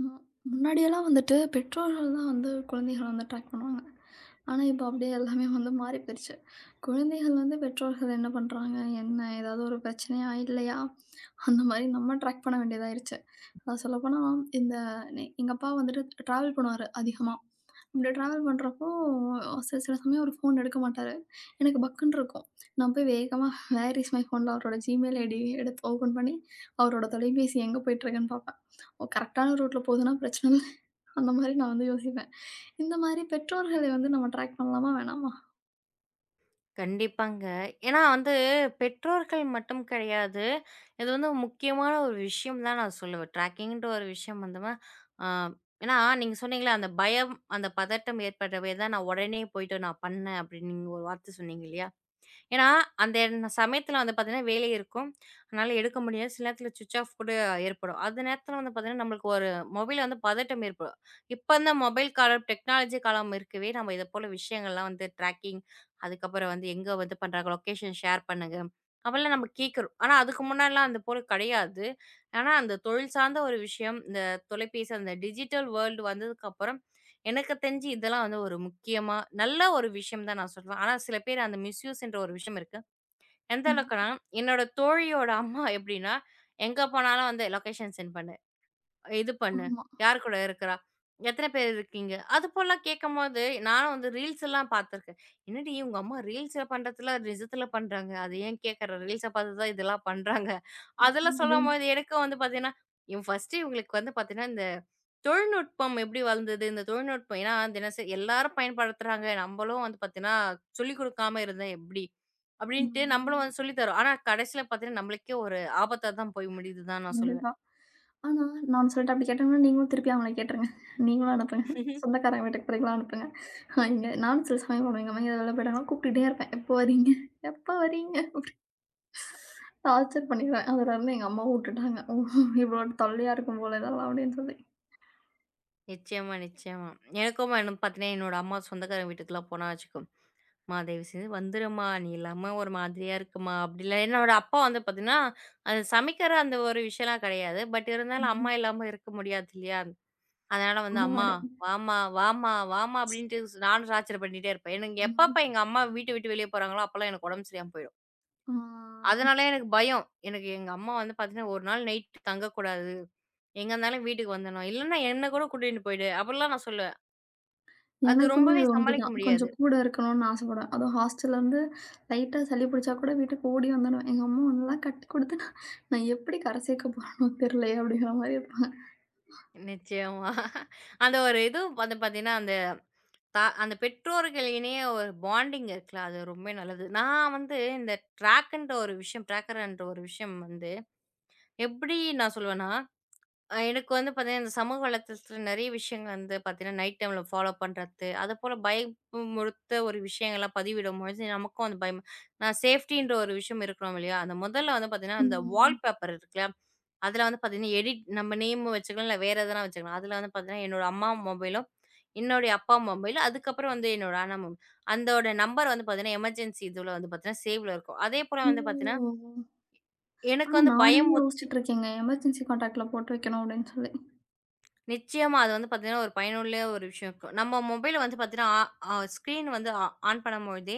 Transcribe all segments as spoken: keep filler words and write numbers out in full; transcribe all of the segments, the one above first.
அ முன்னாடியெல்லாம் வந்துட்டு பெற்றோர்கள் தான் வந்து குழந்தைகள வந்து ட்ராக் பண்ணுவாங்க. ஆனா, இப்போ அப்படியே எல்லாமே வந்து மாறி போயிருச்சு. குழந்தைகள் வந்து பெற்றோர்கள் என்ன பண்றாங்க? என்ன? ஏதாவது ஒரு பிரச்சனையா? இல்லையா? அந்த மாரி நம்ம ட்ராக் பண்ண வேண்டியதாயிருச்சு. நான் சொல்லப்போனா, இந்த நெ எங்க அப்பா வந்துட்டு ட்ராவல் பண்ணுவாரு அதிகமா. அப்படி ட்ராவல் பண்றப்போ, சில சில சமயம் அவரு ஃபோன் எடுக்க மாட்டாரு. எனக்கு பக்குன்னு இருக்கும். நான் போய் வேகமா வேர் இஸ் மை ஃபோன்ல அவரோட Gmail ஐடி எடுத்து ஓப்பன் பண்ணி, அவரோட தொலைபேசி எங்க போயிட்டுருக்குன்னு பார்ப்பேன். கரெக்ட்டான ரூட்ல போகுதுன்னா பிரச்சனை இல்ல. அந்த மாரி நான் வந்து யோசிப்பேன். இந்த மாரி பெற்றோர்களை வந்து நம்ம ட்ராக் பண்ணலாமா? வேணாமா? கண்டிப்பாங்க. ஏன்னா வந்து பெற்றோர்கள் மட்டும் கிடையாது. இது வந்து முக்கியமான ஒரு விஷயம் தான் நான் சொல்லுவேன். ட்ராக்கிங்ன்ற ஒரு விஷயம் வந்துமா ஆ ஏன்னா நீங்க சொன்னீங்கல்ல, அந்த பயம், அந்த பதட்டம் ஏற்படவே தான் நான் உடனே போயிட்டு நான் பண்ணேன் அப்படின்னு நீங்க ஒரு வார்த்தை சொன்னீங்க இல்லையா? ஏன்னா, அந்த ந சமயத்துல வந்து பார்த்தீங்கன்னா, வேலை இருக்கும். அதனால எடுக்க முடியாது. சில நேரத்துல சுவிட்ச் ஆஃப் கூட ஏற்படும். அந்த நேரத்துல வந்து பார்த்தீங்கன்னா, நம்மளுக்கு ஒரு மொபைல்ல வந்து பதட்டம் ஏற்படும். இப்ப இந்த மொபைல் காலம், டெக்னாலஜி காலம் இருக்கவே, நம்ம இத போல விஷயங்கள்லாம் வந்து ட்ராக்கிங், அதுக்கப்புறம் வந்து எங்க வந்து பண்றாங்க, லொகேஷன் ஷேர் பண்ணுங்க. அப்பல்லாம் நம்ம கேட்குறோம். ஆனா, அதுக்கு முன்னாடிலாம் அந்த போல கிடையாது. ஆனா, அந்த தொழில் சார்ந்த ஒரு விஷயம், இந்த தொலைபேசி, அந்த டிஜிட்டல் வேர்ல்டு வந்ததுக்கப்புறம், எனக்கு தெரிஞ்சு இதெல்லாம் வந்து ஒரு முக்கியமா நல்ல ஒரு விஷயம் தான் நான் சொல்லுவேன். ஆனா சில பேர் அந்த மிஸ்யூஸ்ன்ற ஒரு விஷயம் இருக்கு. எந்த ஆமா, அளவுக்குன்னா, என்னோட தோழியோட அம்மா எப்படின்னா, எங்க போனாலும் வந்து லொகேஷன் சென்ட் இது பண்ணு. ஆமா. யார் கூட இருக்கிறா? எத்தன பேர் இருக்கீங்க? அது போலாம் கேட்கும்போது, நானும் வந்து ரீல்ஸ் எல்லாம் பார்த்துருக்கேன். என்னடி உங்க அம்மா ரீல்ஸ்ல பண்றதுல நிஜத்துல பண்றாங்க. அது ஏன் கேட்கற? ரீல்ஸ பார்த்து தான் இதெல்லாம் பண்றாங்க. அதெல்லாம் அப்டின்னு சொல்லும்போது எனக்கும் வந்து பார்த்தீங்கன்னா, இவ் ஃபர்ஸ்ட்டு இவங்களுக்கு வந்து பார்த்தீங்கன்னா, இந்த தொழில்நுட்பம் எப்படி வளர்ந்தது? இந்த தொழில்நுட்பம் ஏன்னா தினசரி எல்லாரும் பயன்படுத்துறாங்க. நம்பளும் வந்து பார்த்தீங்கன்னா, சொல்லிக் குடுக்காம இருந்தா எப்படி? அப்படின்ட்டு நம்பளும் ம். வந்து சொல்லி தரோம். ஆனா கடைசியில பார்த்தீங்கன்னா, நம்மளுக்கே ஒரு ஆபத்தா தான் போய் முடியுது தான் நான் கண்டிப்பா. ஆனா நான் சொல்லிட்டேன் அப்டி கேட்டாங்கன்னா, நீங்களும் திருப்பி அவங்கள கேட்டுருங்க. நீங்களும் அனுப்புங்க. சொல்லுவேன். சொந்தக்காரங்க வீட்டுக்கு போறீங்களா? அனுப்புங்க. அ இங்க நானும் சில சமயம் பண்ணுவேன். எங்க அம்மா எங்கயாவது வெளில போயிட்டாங்கன்னா கூப்பிட்டுட்டே இருப்பேன். எப்போ வரீங்க? எப்போ வரீங்க? டார்ச்சர் பண்ணிருவேன். அதுலருந்து எங்க அம்மாவும் வுட்டுட்டாங்க. ஓ! இவ்ளோ தொல்லையா இருக்கும் போல இதெல்லாம் அப்டின்னு சொல்லி. நிச்சயமா, நிச்சயமா. எனக்கும் வேணும் பார்த்தீங்கன்னா, என்னோட அம்மா சொந்தக்காரங்க வீட்டுக்குலாம் போனா வச்சுக்கோ, "அம்மா தயவு செஞ்சு வந்துரும்மா, நீ இல்லாம ஒரு மாதிரியா இருக்கும்மா" அப்படிலாம் என்னோட அப்பா வந்து பார்த்தீங்கன்னா, அது சமைக்கிற அந்த ஒரு விஷயம்லாம் கிடையாது. பட் இருந்தாலும் ம். அம்மா இல்லாம இருக்க முடியாது இல்லையா? அதனால வந்து, அந்த "அம்மா மாரி. வாம்மா, வாம்மா, வாம்மா" அப்படின்ட்டு ஸ் நானும் டார்ச்சர் பண்ணிட்டே இருப்பேன். எனக்கு ம். எப்பப்ப எங்க அம்மா வீட்ட விட்டு வெளிய போறாங்களோ, அப்பலாம் எனக்கு உடம்பு சரியில்லாம போயிடும். ஆ. அதனாலயே எனக்கு பயம். எனக்கு எங்க அம்மா வந்து பார்த்தீங்கன்னா, "ஒரு நாள் நைட் தங்கக்கூடாது. எங்க இருந்தாலும் வீட்டுக்கு வந்துடணும். இல்லன்னா என்ன கூட கூட்டிட்டு போயிடு" அப்படிலாம் நான் சொல்லுவேன். அது எனக்குமே ரொம்பவே அது சமாளிக்க ஒன்றுதான். முடியாது. கொஞ்சம் கூட இருக்கணும்னு ஆசைப்படுவேன். அதுவும் ஹாஸ்டல்லருந்து லைட்டா சளி பிடிச்சா கூட வீட்டுக்கு ஓடி வந்துருவேன். எங்க அம்மா ஒன்னலாம் கட்டி கொடுத்து நான் நான் எப்படி கரை சேர்க்க போறேனோ தெரியலையே! அப்படிங்கிற மாரி இருப்பாங்க. நிச்சயமா. அந்த ஒரு இது வந்து பார்த்தீங்கன்னா, அந்த த அந்த பெற்றோர்கள் இணைய ஒரு பாண்டிங் இருக்குல்ல, அது ரொம்பவே நல்லது. நான் வந்து இந்த ட்ராக்ன்ற ஒரு விஷயம் ட்ராக்கர்ன்ற ஒரு விஷயம் வந்து எப்படி நான் சொல்லுவேன்னா அ எனக்கு வந்து பார்த்தீங்கன்னா, இந்த சமூக வலைத்தளத்துல நெறைய விஷயங்கள் வந்து பார்த்தீங்கன்னா, நைட் டைம்ல ஃபாலோ பண்றது, அதுபோல பயமுறுத்த ஒரு விஷயங்கள்லாம் பதிவிடும்பொழுது, நமக்கும் அந்த பயம் நான் சேஃப்டின்ற ஒரு விஷயம் இருக்கிறோம் இல்லையா? அந்த முதல்ல வந்து பார்த்தீங்கன்னா, அந்த ம். வால்பேப்பர் இருக்குல்ல, அதில வந்து பார்த்தீங்கன்னா, எடிட் நம்ம நேமும் வச்சுக்கலாம், இல்ல வேற எதனா வச்சுக்கலாம். அதில வந்து பார்த்தீங்கன்னா, என்னோட அம்மா மொபைலும், என்னுடைய அப்பா மொபைல், அதுக்கப்புறம் வந்து என்னோட அண்ணா மொபைல். அந்தோட நம்பர் வந்து பார்த்தீங்கன்னா, எமர்ஜென்சி இதுல வந்து பார்த்தீங்கன்னா, சேவ்ல இருக்கும். அதேபோல வந்து பார்த்தீங்கன்னா, ஓ! எனக்கு ஆனா வந்து நானுமே பயம் யோசிச்சுட்டு இருக்கேங்க. எமர்ஜென்சி கான்டாக்ட்ல போட்டு வைக்கணும் அப்படின்னு சொல்லி. நிச்சயமா. அது வந்து பார்த்தீங்கன்னா, ஒரு பயனுள்ள ஒரு விஷயம் இருக்கும். நம்ம மொபைல வந்து பார்த்தீங்கன்னா, ஆ அ ஸ்க்ரீன் வந்து ஆ ஆன் பண்ணும்பொழுதே,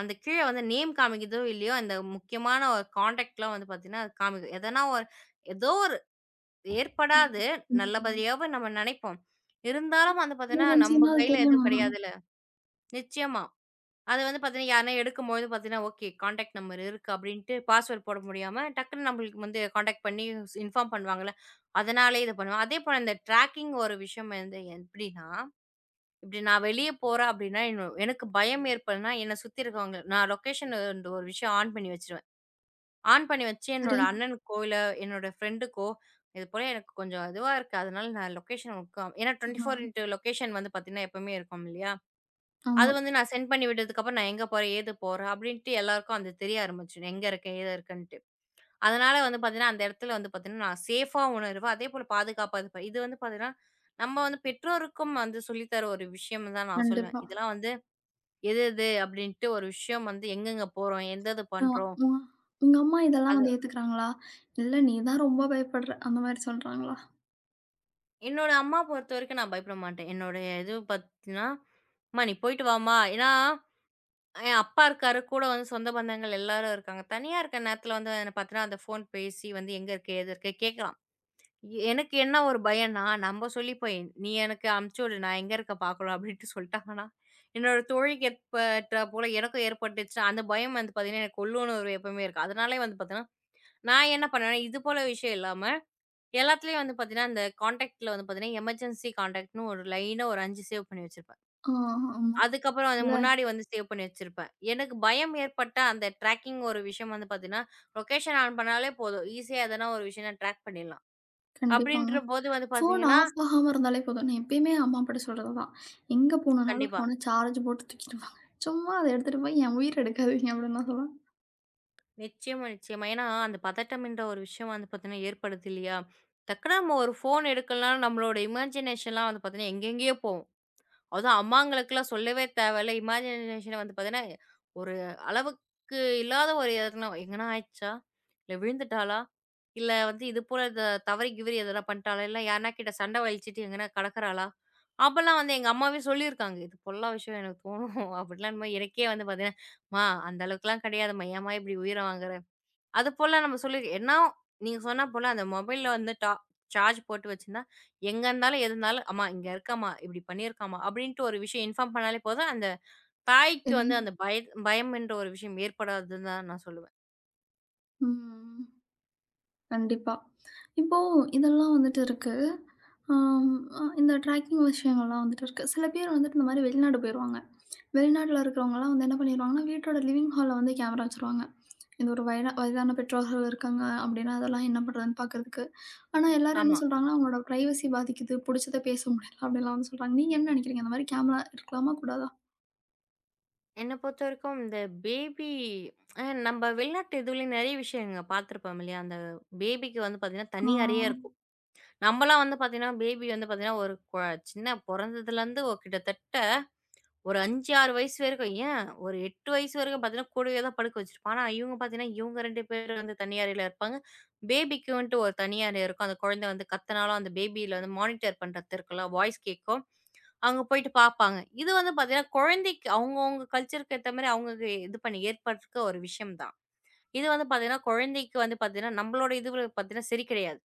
அந்த கீழ வந்து நேம் காமிக்குதோ! இல்லையோ! அந்த முக்கியமான ஒரு கான்டாக்ட்லாம் வந்து பார்த்தீங்கன்னா, அது காமிக்கும். எதனா ஒரு ஏதோ ஒரு ம். ஏற்படாது. ம். நல்லபடியாவும் நம்ம நெனைப்போம். இருந்தாலும் வந்து பார்த்தீங்கன்னா, நம்ம எமர்ஜென்சின்னா அது கையில எதுவும் தெரியணும்ல. கிடையாதுல்ல. நிச்சயமா. அத வந்து பார்த்தீங்கன்னா, யாருனா எடுக்கும்போது பார்த்தீங்கன்னா, ஓகே கான்டாக்ட் நம்பர் இருக்கு அப்டின்ட்டு பாஸ்வேர்ட் போட முடியாம, டக்குன்னு நம்மளுக்கு வந்து கான்டாக்ட் பண்ணி ஸ் இன்ஃபார்ம் பண்ணுவாங்கல்ல. அதனாலயே இது பண்ணுவேன். அதே போல இந்த ட்ராக்கிங் ஒரு விஷயம் வந்து எப்டின்னா, இப்டி நான் வெளிய போறேன் அப்டின்னா, என் எனக்கு பயம் ஏற்படுதுன்னா, என்ன சுத்தி இருக்கவங்க நான் லொகேஷன் ன்ற ஒரு விஷயம் ஆன் பண்ணி வச்சுருவேன். ஆன் பண்ணி வச்சு என்னோட சரி. அண்ணனுக்கோ, இல்ல என்னோட ஃப்ரெண்டுக்கோ, இது போல எனக்கு கொஞ்சம் இதுவா இருக்கு. அதனால நான் லொகேஷன் உட்கா ஏன்னா ஆ. இருபத்தி நான்கு இன்டூ லொகேஷன் வந்து பார்த்தீங்கன்னா, எப்பவுமே இருக்கும் இல்லையா? அது ஆமா. வந்து நான் சென்ட் பண்ணி விட்டதுக்கப்புறம் நான் எங்க போறேன், ஏது போறேன் அப்படின்ட்டு எல்லாருக்கும் அது தெரிய ஆரம்பிச்சுடும். எங்க இருக்கேன், ஏது இருக்கேன்ட்டு. அதனால வந்து பார்த்தீங்கன்னா, அந்த இடத்துல வந்து பார்த்தீங்கன்னா, நான் சேஃபா உணருவேன். அதேபோல பாதுகாப்பா இருப்பேன். இது வந்து பார்த்தீங்கன்னா, நம்ம வந்து பெற்றோருக்கும் வந்து சொல்லி தர ஒரு விஷயம்னு தான் நான் சொல்லுவேன். கண்டிப்பா. இதெல்லாம் வந்து எது எது அப்படின்ட்டு ஒரு விஷயம் வந்து எங்கெங்க போறோம், எந்த இது ஆ. பண்றோம். உ உங்க அம்மா இதெல்லாம் அது வந்து ஏத்துக்கிறாங்களா? இல்ல நீ தான் ரொம்ப பயப்படுற அந்த மாரி சொல்றாங்களா? என்னோட அம்மா பொறுத்தவரைக்கும் நான் பயப்பட மாட்டேன். என்னோட இது பார்த்தீங்கன்னா, "அம்மா நீ போயிட்டு வாம்மா" ஏன்னா என் அப்பா இருக்காரு. கூட வந்து சொந்த பந்தங்கள் எல்லாரும் இருக்காங்க. தனியா இருக்க நேரத்துல வந்து என்ன பார்த்தீங்கன்னா, அந்த ஃபோன் பேசி வந்து எங்க இருக்கு? ஏது இருக்கு? கேட்கலாம். எ- எனக்கு என்ன ஒரு பயம்னா, நம்ம சொல்லி போய் "நீ எனக்கு அனுப்பிச்சு விடு. நான் எங்க இருக்க பார்க்கணும்" அப்படின்ட்டு சொல்லிட்டாங்கன்னா, என்னோட தோழிக்கு ஏற்பட்ட போல எனக்கும் ஏற்பட்டுச்சு. அந்த பயம் வந்து பார்த்தீங்கன்னா, எனக்கு உள்ளுணர்வு எப்பவுமே இருக்கு. அதனாலே வந்து பார்த்தீங்கன்னா, நான் என்ன பண்ணுவேன்னா, இது போல விஷயம் இல்லாம எல்லாத்துலயும் வந்து பார்த்தீங்கன்னா, அந்த கான்டாக்ட்ல வந்து பார்த்தீங்கன்னா, எமர்ஜென்சி கான்டாக்ட்ன்னு ஒரு லைனா ஒரு ஐந்து சேவ் பண்ணி வச்சிருப்பேன். ஆ. ஆமா. அதுக்கப்புறம் வந்து இல்ல. முன்னாடி வந்து சேவ் பண்ணி வச்சிருப்பேன். எனக்கு பயம் ஏற்பட்ட அந்த ட்ராக்கிங் ஒரு விஷயம் வந்து பார்த்தீங்கன்னா, லொகேஷன் ஆன் பண்ணாலே போதும். ஈஸியா எதனா ஒரு விஷயம் நான் ட்ராக் பண்ணிடலாம். கண்டிப்பாங்க. அப்படின்றபோது வந்து ஃபோன் பார்த்தீங்கன்னா ஆஃப் ஆகாம இருந்தாலே போதும். நான் எப்பயுமே அம்மா அப்பாட்ட சொல்றது தான். எங்க போனாலும் கண்டிப்பா. ஃபோன சார்ஜ் போட்டு தூக்கிட்டு வாங்க. சும்மா அத எடுத்துட்டு போய் என் உயிர எடுக்காதீங்க அப்படின்னு நான் சொல்லுவேன். நிச்சயமா, நிச்சயமா. ஏன்னா அந்த பதட்டம்ன்ற ஒரு விஷயம் வந்து பார்த்தீங்கன்னா ஏற்படுது இல்லையா? டக்குனு நம்ம ஒரு ஃபோன் எடுக்கலனாலும் நம்மளோட இமேஜினேஷன்லாம் வந்து பார்த்தீங்கன்னா எங்கெங்கேயோ போகும். அதுவும் அம்மாங்களுக்குலாம் சொல்லவே தேவையில்ல. இமேஜினேஷன் வந்து பார்த்தீங்கன்னா, ஒரு அளவுக்கு இல்லாத ஒரு எதனா எங்கனா ஆயிடுச்சா? இல்ல விழுந்துட்டாளா? இல்ல வந்து இது போல த தவறி கிவறி எதனா பண்ணிட்டாளா? இல்ல யார்னா கிட்ட சண்டை வலிச்சுட்டு எங்கனா கடக்குறாளா? அப்பலாம் வந்து எங்க அம்மாவே சொல்லியிருக்காங்க. இது போலலாம் விஷயம் எனக்கு தோணும். அப்படிலாம் எனக்கே வந்து பார்த்தீங்கன்னா, "ம்மா அந்த அளவுக்குலாம் கிடையாதும்மா. ஏம்மா இப்படி உயிர வாங்குற?" அது போல நம்ம சொல்லி ஏன்னா, நீங்க சொன்னா போல அந்த மொபைல்ல வந்து டா சார்ஜ் போட்டு வச்சிருந்தா, எங்க இருந்தாலும், எது இருந்தாலும், "அம்மா இங்க இருக்கம்மா, இப்டி பண்ணியிருக்காம்மா" அப்டின்ட்டு ஒரு விஷயம் இன்ஃபார்ம் பண்ணாலே போதும். அந்த தாய்க்கு சரி. வந்து அந்த பய பயம் என்ற ஒரு விஷயம் ஏற்படாதுன்னு தான் நான் சொல்லுவேன். ம். கண்டிப்பா. இப்போ இதெல்லாம் வந்துட்டு இருக்கு. ஆம், அ இந்த ட்ராக்கிங் விஷயங்கள்லாம் வந்துட்டு இருக்கு. சில பேர் வந்துட்டு இந்த மாரி வெளிநாடு போயிருவாங்க. வெளிநாட்ல இருக்கிறவங்கலாம் வந்து என்ன பண்ணிருவாங்கன்னா, வீட்டோட லிவிங் ஹால்ல வந்து கேமரா வச்சுருவாங்க. இது ஒரு வயதா வயதான பெற்றோர்கள் இருக்காங்க அப்படின்னா, அதெல்லாம் என்ன பண்றதுன்னு பார்க்குறதுக்கு. ஆனா, எல்லாரும் என்ன ஆமா. சொல்றாங்கன்னா, அவங்களோட பிரைவசி பாதிக்குது, புடிச்சத பேச முடியல அப்படிலாம் வந்து சொல்றாங்க. நீங்க என்ன நெனைக்கிறீங்க? அந்த மாரி கேமரா இருக்கலாமா? கூடாதா? என்ன பொறுத்தவரைக்கும் இந்த பேபி அ நம்ம வெளிநாட்டு இதுலயும் நெறைய விஷயங்க பார்த்துருப்போம் இல்லையா? அந்த பேபிக்கு வந்து பார்த்தீங்கன்னா, தனி ஆ, அறையே இருக்கும். நம்மலாம் வந்து பார்த்தீங்கன்னா, பேபி வந்து பார்த்தீங்கன்னா, ஒரு கொ சின்ன பொறந்ததுலேருந்து ஒரு கிட்டத்தட்ட ஒரு ஐந்து, ஆறு வயசு வரைக்கும் ஏன் ஒரு எட்டு வயசு வரைக்கும் பார்த்தீங்கன்னா, கூடவே தான் படுக்க வச்சிருப்பான். ஆனா இவங்க பார்த்தீங்கன்னா, இவங்க ரெண்டு பேரும் வந்து தனி அறையில இருப்பாங்க. பேபிக்குன்ட்டு ஒரு தனி அறை இருக்கும். அந்த குழந்தை வந்து கத்துனாலும், அந்த பேபில வந்து மானிட்டர் பண்றது இருக்குல்ல, வாய்ஸ் கேட்கும். அங்க போயிட்டு பார்ப்பாங்க. இது வந்து பார்த்தீங்கன்னா, குழந்தைக்கு அவங்கவங்க கல்ச்சருக்கு ஏத்த மாரி அவங்களுக்கு இது பண்ணி ஏற்பட்டிருக்க ஒரு விஷயம் தான். இது வந்து பார்த்தீங்கன்னா, குழந்தைக்கு வந்து பார்த்தீங்கன்னா, நம்மளோட இதுல பார்த்தீங்கன்னா சரி கிடையாது.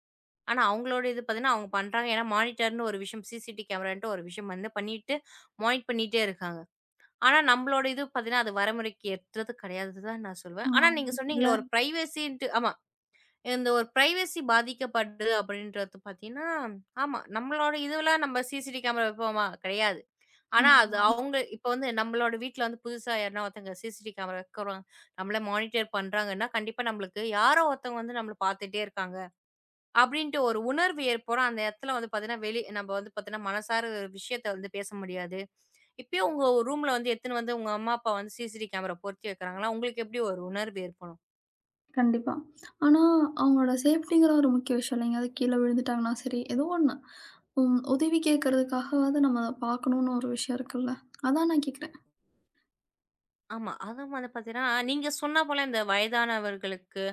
ஆனா அவங்களோட இது பார்த்தீங்கன்னா, அவங்க பண்றாங்க. ஏன்னா மானிட்டர்ன்னு ஒரு விஷயம், சிசிடி கேமரான்ட்டு ஒரு விஷயம் வந்து பண்ணிட்டு, மானிட் பண்ணிட்டே இருக்காங்க. ஆனா, நம்மளோட இது பார்த்தீங்கன்னா, அது வரைமுறைக்கு ஏற்றது கிடையாது தான் நான் சொல்வேன். ஆ, ஆனா, நீங்க இல்ல. சொன்னீங்களே ஒரு பிரைவசின்ட்டு ஆமா. இந்த ஒரு பிரைவசி பாதிக்கப்படுது அப்படின்றது பார்த்தீங்கன்னா, ஆமா. நம்மளோட இதுலாம் நம்ம சிசிடி கேமரா வைப்போமா? கிடையாது. ஆனா, அது ஆ, அவங்க இப்ப வந்து நம்மளோட வீட்ல வந்து புதுசா யாருனா ஒருத்தங்க சிசிடி கேமரா வைக்கிறோம். நம்மள மானிட்டர் பண்றாங்கன்னா, கண்டிப்பா நம்மளுக்கு யாரோ ஒருத்தவங்க வந்து நம்மள பார்த்துட்டே இருக்காங்க. அப்படின்ட்டு ஒரு உணர்வு ஏற்படும். அந்த இடத்துல வந்து பார்த்தீங்கன்னா, வெளி நம்ம வந்து பார்த்தீங்கன்னா, மனசார ஒரு விஷயத்த வந்து பேச முடியாது. இப்பயும் உங்க ரூம்ல வந்து எடுத்துன்னு வந்து உங்க அம்மா, அப்பா வந்து சிசிடி கேமரா பொருத்தி வைக்கிறாங்களா? உங்களுக்கு எப்படி ஒரு உணர்வு ஏற்படும்? கண்டிப்பா. ஆனா, அவங்களோட சேஃப்டிங்கிற ஒரு முக்கிய விஷயம் இல்லைங்க. அது கீழ விழுந்துட்டாங்கன்னா சரி, ஏதோ ஒண்ணு. ம் உதவி கேட்கறதுக்காகவாவது நம்ம அதை பார்க்கணும்னு ஒரு விஷயம் இருக்குல்ல. அதான் நான் கேட்கிறேன். ஆமா. அதுவும் வந்து பார்த்தீங்கன்னா, நீங்க சொன்னா போல இந்த வயதானவர்களுக்கு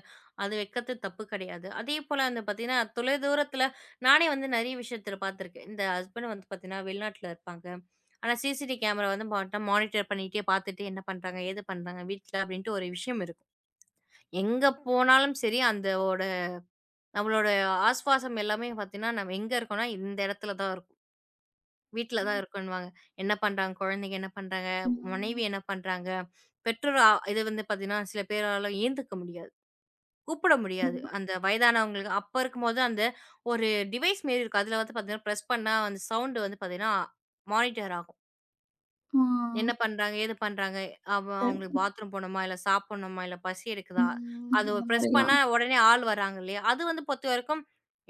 அது வைக்கிறது தப்பு கிடையாது. அதேபோல வந்து பார்த்தீங்கன்னா, தொலைதூரத்தில நானே வந்து நெறைய விஷயத்தில பார்த்துருக்கேன். இந்த ஹஸ்பண்ட் வந்து பார்த்தீங்கன்னா, வெளிநாட்டில இருப்பாங்க. ஆனா சிசிடி கேமரா வந்து பார்த்தா மானிட்டர் பண்ணிட்டே பார்த்துட்டு என்ன பண்றாங்க? ஏது பண்றாங்க? வீட்ல அப்படின்ட்டு ஒரு விஷயம் இருக்கும். எங்க போனாலும் சரி, அந்தோட நம்மளோட ஆஸ்வாசம் எல்லாமே பார்த்தீங்கன்னா, நம்ம எங்க இருக்கோம்னா, இந்த இடத்துல தான் இருக்கும். வீட்ல தான் ம். இருக்கன்னுவாங்க. என்ன பண்றாங்க? குழந்தைங்க என்ன பண்றாங்க? மனைவி என்ன பண்றாங்க? பெற்றோர் அ இது வந்து பார்த்தீங்கன்னா, சில பேரால ஏந்துக்க முடியாது. கூப்பிட முடியாது. ம். அந்த வயதானவங்களுக்கு அப்ப இருக்கும்போது அந்த ஒரு டிவைஸ் மாரி இருக்கும். அதுல வந்து பார்த்தீங்கன்னா, பிரஸ் பண்ணா அந்த சவுண்ட் வந்து பார்த்தீங்கன்னா, மானிட்டர் ஆகும். ஆ, என்ன பண்றாங்க? ஏது பண்றாங்க? அவ சரி. அவங்களுக்கு பாத்ரூம் போணுமா? இல்ல சாப்பிடணுமா? இல்ல பசி எடுக்குதா? ம். அது இந்த பிரஸ் பண்ணா மாரிலாம். உடனே ஆள் வராங்க இல்லையா? அது வந்து பொறுத்தவரைக்கும்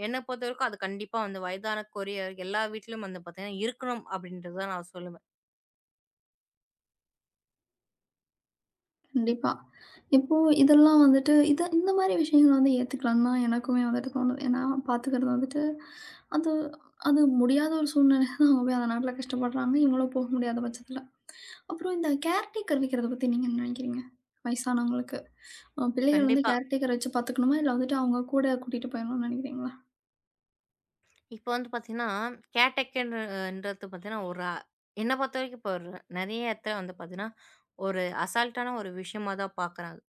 என்ன பொறுத்தவரைக்கும் அது கண்டிப்பா வந்து வயதான கொரியர் எல்லா வீட்லயும் வந்து பார்த்தீங்கன்னா, இருக்கணும் அப்படின்றது தான் நான் சொல்லுவேன். கண்டிப்பா. இப்போ இதெல்லாம் வந்துட்டு இத இந்த மாரி விஷயங்கள வந்து ஏத்துக்கலான்னு தான் எனக்குமே வந்துட்டு தோணுது. ஏன்னா பாத்துக்கிறது வந்துட்டு, அது அது முடியாத ஒரு சூழ்நிலை தான் அவங்க போய் அந்த நாட்ல கஷ்டப்படுறாங்க. இவங்களும் போக முடியாத பட்சத்துல. அப்புறம் இந்த கேர்டேக்கர் வைக்கிறத பத்தி நீங்க என்ன நெனைக்கிறீங்க? வயசானவங்களுக்கு. அ பிள்ளைகள் வந்து கண்டிப்பா. கேர்டேக்கர் வச்சு பாத்துக்கணுமா? இல்ல வந்துட்டு அவங்க கூட கூட்டிட்டு போயிரணும்னு நெனைக்கிறீங்களா? இப்ப வந்து பாத்தீங்கன்னா, கேர்டேக்கர்ன்னு ன்றது பாத்தீங்கன்னா, ஒரு அ என்ன பொறுத்தவரைக்கும் இப்போ ஒரு நெறைய இடத்துல வந்து பாத்தீங்கன்னா, ஒரு அசால்ட்டான ஒரு விஷயமா தான் பாக்குறாங்க.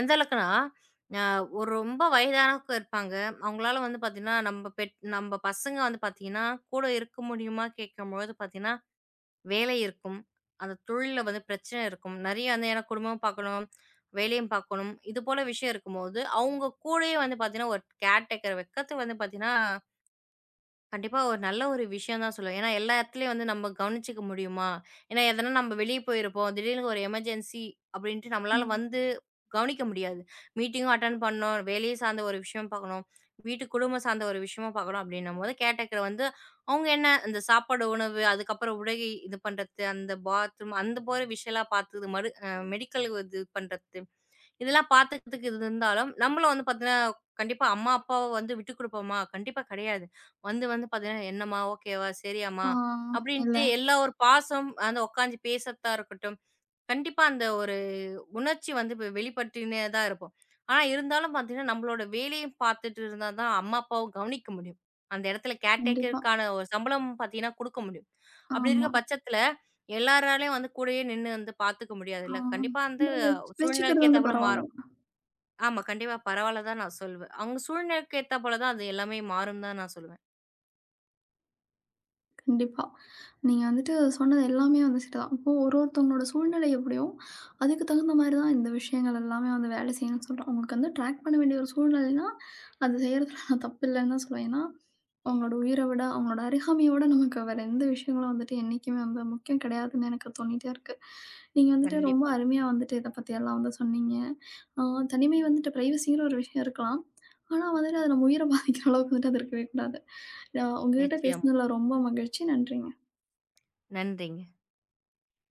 எந்த அளவுக்குன்னா, அ ஒரு ரொம்ப வயதானவங்க இருப்பாங்க. அவங்களால வந்து பாத்தீங்கன்னா, நம்ப பெட் நம்ப பசங்க வந்து பாத்தீங்கன்னா, கூட இருக்க முடியுமா கேட்கும்பொழுது பாத்தீங்கன்னா, வேலை இருக்கும். அந்த தொழில்ல வந்து பிரச்சனை இருக்கும். நெறைய வந்து ஏன்னா குடும்பமும் பாக்கணும், வேலையும் பாக்கணும். இது போல விஷயம் இருக்கும்போது, அவங்க கூடயே வந்து பாத்தீங்கன்னா, ஒரு கேர்டேக்கர் வைக்கிறது வந்து பாத்தீங்கன்னா கண்டிப்பா ஒரு நல்ல ஒரு விஷயம் தான் சொல்லுவேன். ஏன்னா, எல்லா இடத்துலயும் வந்து நம்ம கவனிச்சுக்க முடியுமா? ஏன்னா, எதனா நம்ம வெளிய போயிருப்போம். திடீர்னு ஒரு எமர்ஜென்சி அப்படின்ட்டு நம்மளால ம். வந்து கவனிக்க முடியாது. மீட்டிங்கும் அட்டெண்ட் பண்ணணும். வேலையை சார்ந்த ஒரு விஷயம் பார்க்கணும். வீட்டு குடும்பம் சார்ந்த ஒரு விஷயமா பார்க்கணும் அப்படின்னும்போது, கேட்டகர் வந்து அவங்க என்ன இந்த சாப்பாடு, உணவு, அதுக்கப்புறம் உடை இது பண்றது, அந்த பாத்ரூம் அந்த போற விஷயம்லாம் பார்த்தது மறு அ மெடிக்கல் இது பண்றது இதெல்லாம் பாத்துக்கிறதுக்கு இது இருந்தாலும், நம்மளும் வந்து பாத்தீங்கன்னா, கண்டிப்பா அம்மா, அப்பாவ வந்து விட்டுக் குடுப்போமா? கண்டிப்பா கிடையாது. வந்து வந்து பாத்தீங்கன்னா, "என்னம்மா? ஓகேவா? சரியாம்மா?" ஆ இல்ல. அப்படின்ட்டு எல்லா ஒரு பாசம், அந்த உட்காந்து பேசறதா இருக்கட்டும், கண்டிப்பா அந்த ஒரு உணர்ச்சி வந்து வெ வெளிப்பட்டுனே தான் இருக்கும். ஆனா இருந்தாலும் பாத்தீங்கன்னா, நம்மளோட வேலையும் பாத்துட்டு இருந்தா தான் அம்மா, அப்பாவும் கவனிக்க முடியும். அந்த இடத்துல கண்டிப்பா. கேர்டேக்கருக்கான ஒரு சம்பளம் பாத்தீங்கன்னா குடுக்க முடியும். அப்படி இருக்க ஆமா. பட்சத்துல, எல்லாராலயும் வந்து கூடயே நின்னு வந்து பாத்துக்க ஆ. முடியாதுல்ல. கண்டிப்பா வந்து அப்படி வச் சூழ்நிலைக்கு வச்சுக்கிறது வந்து ஏத்தாப்புல பரவால்ல. மாறும். ஆமா. கண்டிப்பா பரவால்ல தான் நான் சொல்வேன். அவங்க சூழ்நிலைக்கு ஏத்தா போல தான் அது எல்லாமே மாறும் தான் நான் சொல்லுவேன். கண்டிப்பா. நீங்க வந்துட்டு சொன்னது எல்லாமே வந்து சரிதான். இப்போ ஒரு ஒருத்தவங்களோட சூழ்நிலை எப்படியோ, அதுக்கு தகுந்த மாரி தான் இந்த விஷயங்கள் எல்லாமே வந்து வேலை செய்யும்ன்னு சொல்றேன். உங்களுக்கு வந்து ட்ராக் பண்ண வேண்டிய ஒரு சூழ்நிலைன்னா, அது செய்றதுல நான் தப்பு இல்லன்னு தான் சொல்லுவேன். ஏன்னா, அவங்களோட உயிர விட, அவங்களோட அருகாமைய விட நமக்கு வேற எந்த விஷயங்களும் வந்துட்டு என்னைக்குமே வந்து முக்கியம் கிடையாதுன்னு எனக்கு தோணிட்டே இருக்கு. நீங்க வந்துட்டு ரொம்ப கண்டிப்பா. அருமையா வந்துட்டு இத பத்தியெல்லாம் வந்து சொன்னீங்க. ஆ தனிமை வந்துட்டு பிரைவசிங்கிற ஒரு விஷயம் இருக்கலாம். ஆனா வந்துட்டு அது நம்ம உயிர பாதிக்கிற அளவுக்கு வந்துட்டு அது இருக்கவே கூடாது. நான் உங்ககிட்ட நிச்சயம். பேசினதுல ரொம்ப மகிழ்ச்சி. நன்றிங்க. நன்றிங்க.